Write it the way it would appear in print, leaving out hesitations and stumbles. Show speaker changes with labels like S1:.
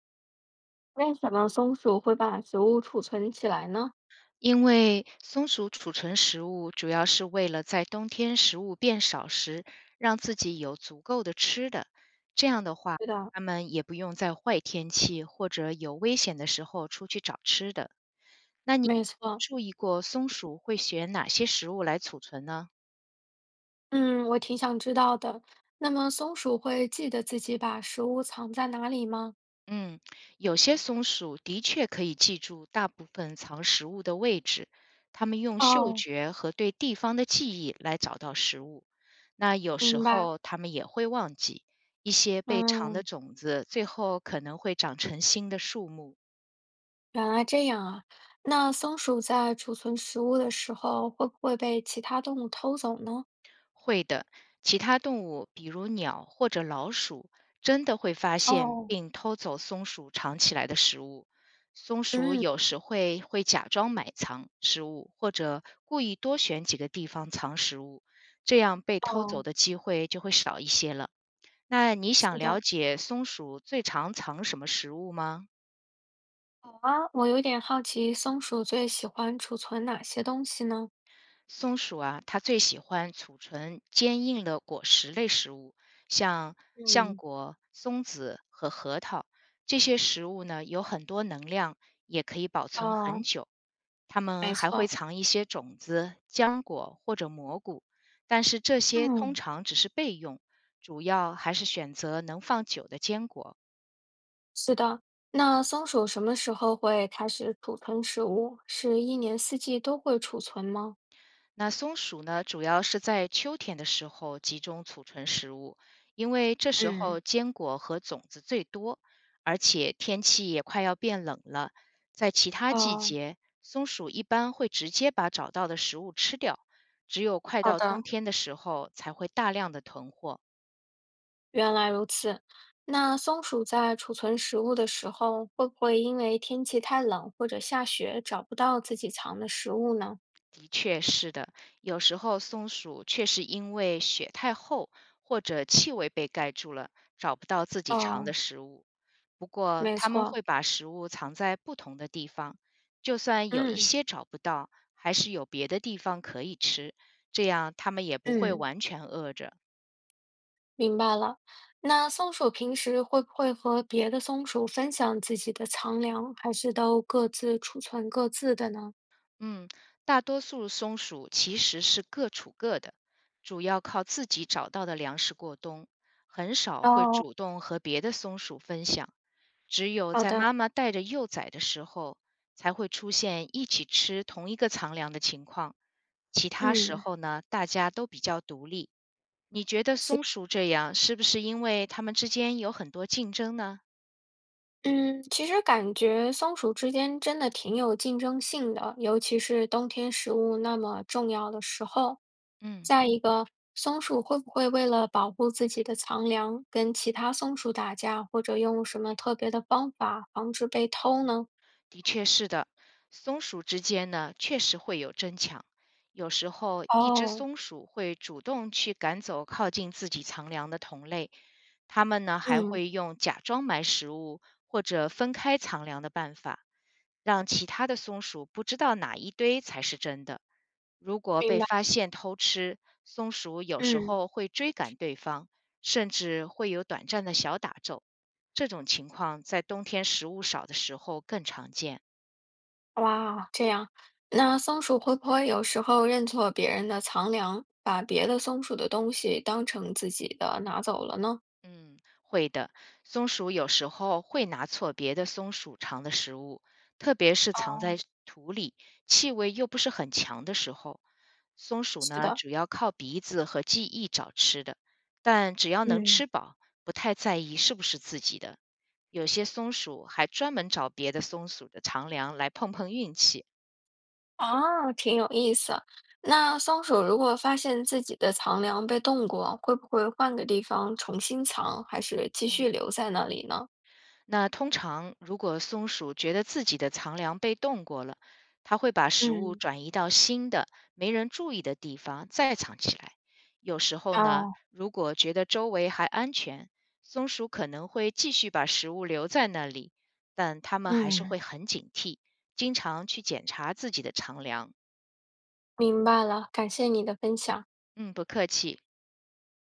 S1: 为什么松鼠会把食物储存起来呢？
S2: 因为松鼠储存食物主要是为了在冬天食物变少时，让自己有足够的吃的。这样的话，
S1: 对的，
S2: 它们也不用在坏天气或者有危险的时候出去找吃的。那你有
S1: 没
S2: 没有
S1: 错，
S2: 注意过松鼠会选哪些食物来储存呢？
S1: 嗯，我挺想知道的。那么松鼠会记得自己把食物藏在哪里吗？
S2: 嗯，有些松鼠的确可以记住大部分藏食物的位置，它们用嗅
S1: 哦，
S2: 觉和对地方的记忆来找到食物。那有时
S1: 明白，
S2: 候它们也会忘记，一些被藏的
S1: 嗯，
S2: 种子最后可能会长成新的树木。
S1: 原来这样啊。那松鼠在储存食物的时候，会不会被其他动物偷走呢？
S2: 会的，其他动物，比如鸟或者老鼠，真的会发现
S1: 哦，
S2: 并偷走松鼠藏起来的食物。松鼠
S1: 嗯，
S2: 有时会假装埋藏食物，或者故意多选几个地方藏食物，这样被偷走
S1: 哦，
S2: 的机会就会少一些了。那你
S1: 是
S2: 想了
S1: 的。
S2: 解松鼠最常藏什么食物吗？
S1: 好啊，我有点好奇，松鼠最喜欢储存哪些东西呢？
S2: 松鼠啊，它最喜欢储存坚硬的果实类食物，像橡
S1: 嗯。
S2: 果、松子和核桃。这些食物呢，有很多能量，也可以保存很
S1: 哦，
S2: 久。它们
S1: 没
S2: 还会
S1: 错，
S2: 藏一些种子、浆果或者蘑菇，但是这些通
S1: 嗯。
S2: 常只是备用，主要还是选择能放久的坚果。
S1: 是的，那松鼠什么时候会开始储存食物？是一年四季都会储存吗？
S2: 那松鼠呢，主要是在秋天的时候集中储存食物，因为这时
S1: 嗯，
S2: 候坚果和种子最多，而且天气也快要变冷了。在其他季
S1: 哦，
S2: 节，松鼠一般会直接把找到的食物吃掉，只有快
S1: 好
S2: 到
S1: 的，
S2: 冬天的时候才会大量的囤货。
S1: 原来如此。那松鼠在储存食物的时候，会不会因为天气太冷或者下雪找不到自己藏的食物呢？
S2: 的确是的，有时候松鼠确实因为雪太厚或者气味被盖住了，找不到自己藏的
S1: 哦，
S2: 食物。不过，
S1: 没
S2: 它们
S1: 错，
S2: 会把食物藏在不同的地方，就算有一
S1: 嗯
S2: 些找不到，还是有别的地方可以吃，这样它们也不会
S1: 嗯，
S2: 完全饿着。
S1: 明白了。那松鼠平时会不会和别的松鼠分享自己的藏粮，还是都各自储存各自的呢？
S2: 嗯，大多数松鼠其实是各处各的，主要靠自己找到的粮食过冬，很少会
S1: 哦，
S2: 主动和别的松鼠分享。只有
S1: 好
S2: 在
S1: 的。
S2: 妈妈带着幼崽的时候，才会出现一起吃同一个藏粮的情况。其他时
S1: 嗯
S2: 候呢，大家都比较独立。你觉得松鼠这样是不是因为它们之间有很多竞争呢？
S1: 嗯，其实感觉松鼠之间真的挺有竞争性的，尤其是冬天食物那么重要的时候。
S2: 嗯，
S1: 再一个，松鼠会不会为了保护自己的藏粮，跟其他松鼠打架，或者用什么特别的方法防止被偷呢？
S2: 的确是的。松鼠之间呢，确实会有争抢。有时候，一只
S1: 哦，
S2: 松鼠会主动去赶走靠近自己藏粮的同类，它们呢还
S1: 嗯，
S2: 会用假装埋食物或者分开藏粮的办法。让其他的松鼠不知道哪一堆才是真的。如果
S1: 明
S2: 被
S1: 白，
S2: 发现偷吃，松鼠有时
S1: 嗯，
S2: 候会追赶对方，甚至会有短暂的小打斗。这种情况在冬天食物少的时候更常见。
S1: 哇，这样，那松鼠会不会有时候认错别人的藏粮，把别的松鼠的东西当成自己的拿走了呢？
S2: 嗯，会的，松鼠有时候会拿错别的松鼠藏的食物，特别是藏在土里、气味又不是很强的时候。松鼠
S1: 是
S2: 呢，
S1: 的，
S2: 主要靠鼻子和记忆找吃的，但只要能
S1: 嗯。
S2: 吃饱，不太在意是不是自己的。有些松鼠还专门找别的松鼠的长粮来碰碰运气。
S1: 哦，挺有意思。那松鼠如果发现自己的藏粮被动过，会不会换个地方重新藏，还是继续
S2: 嗯，
S1: 留在那里呢？
S2: 那通常，如果松鼠觉得自己的藏粮被动过了，它会把食物
S1: 嗯，
S2: 转移到新的、没人注意的地方再藏起来。有时候呢，
S1: 哦，
S2: 如果觉得周围还安全，松鼠可能会继续把食物留在那里，但它们还是会
S1: 嗯。
S2: 很警惕，经常去检查自己的藏粮。
S1: 明白了，感谢你的分享。
S2: 嗯，不客气。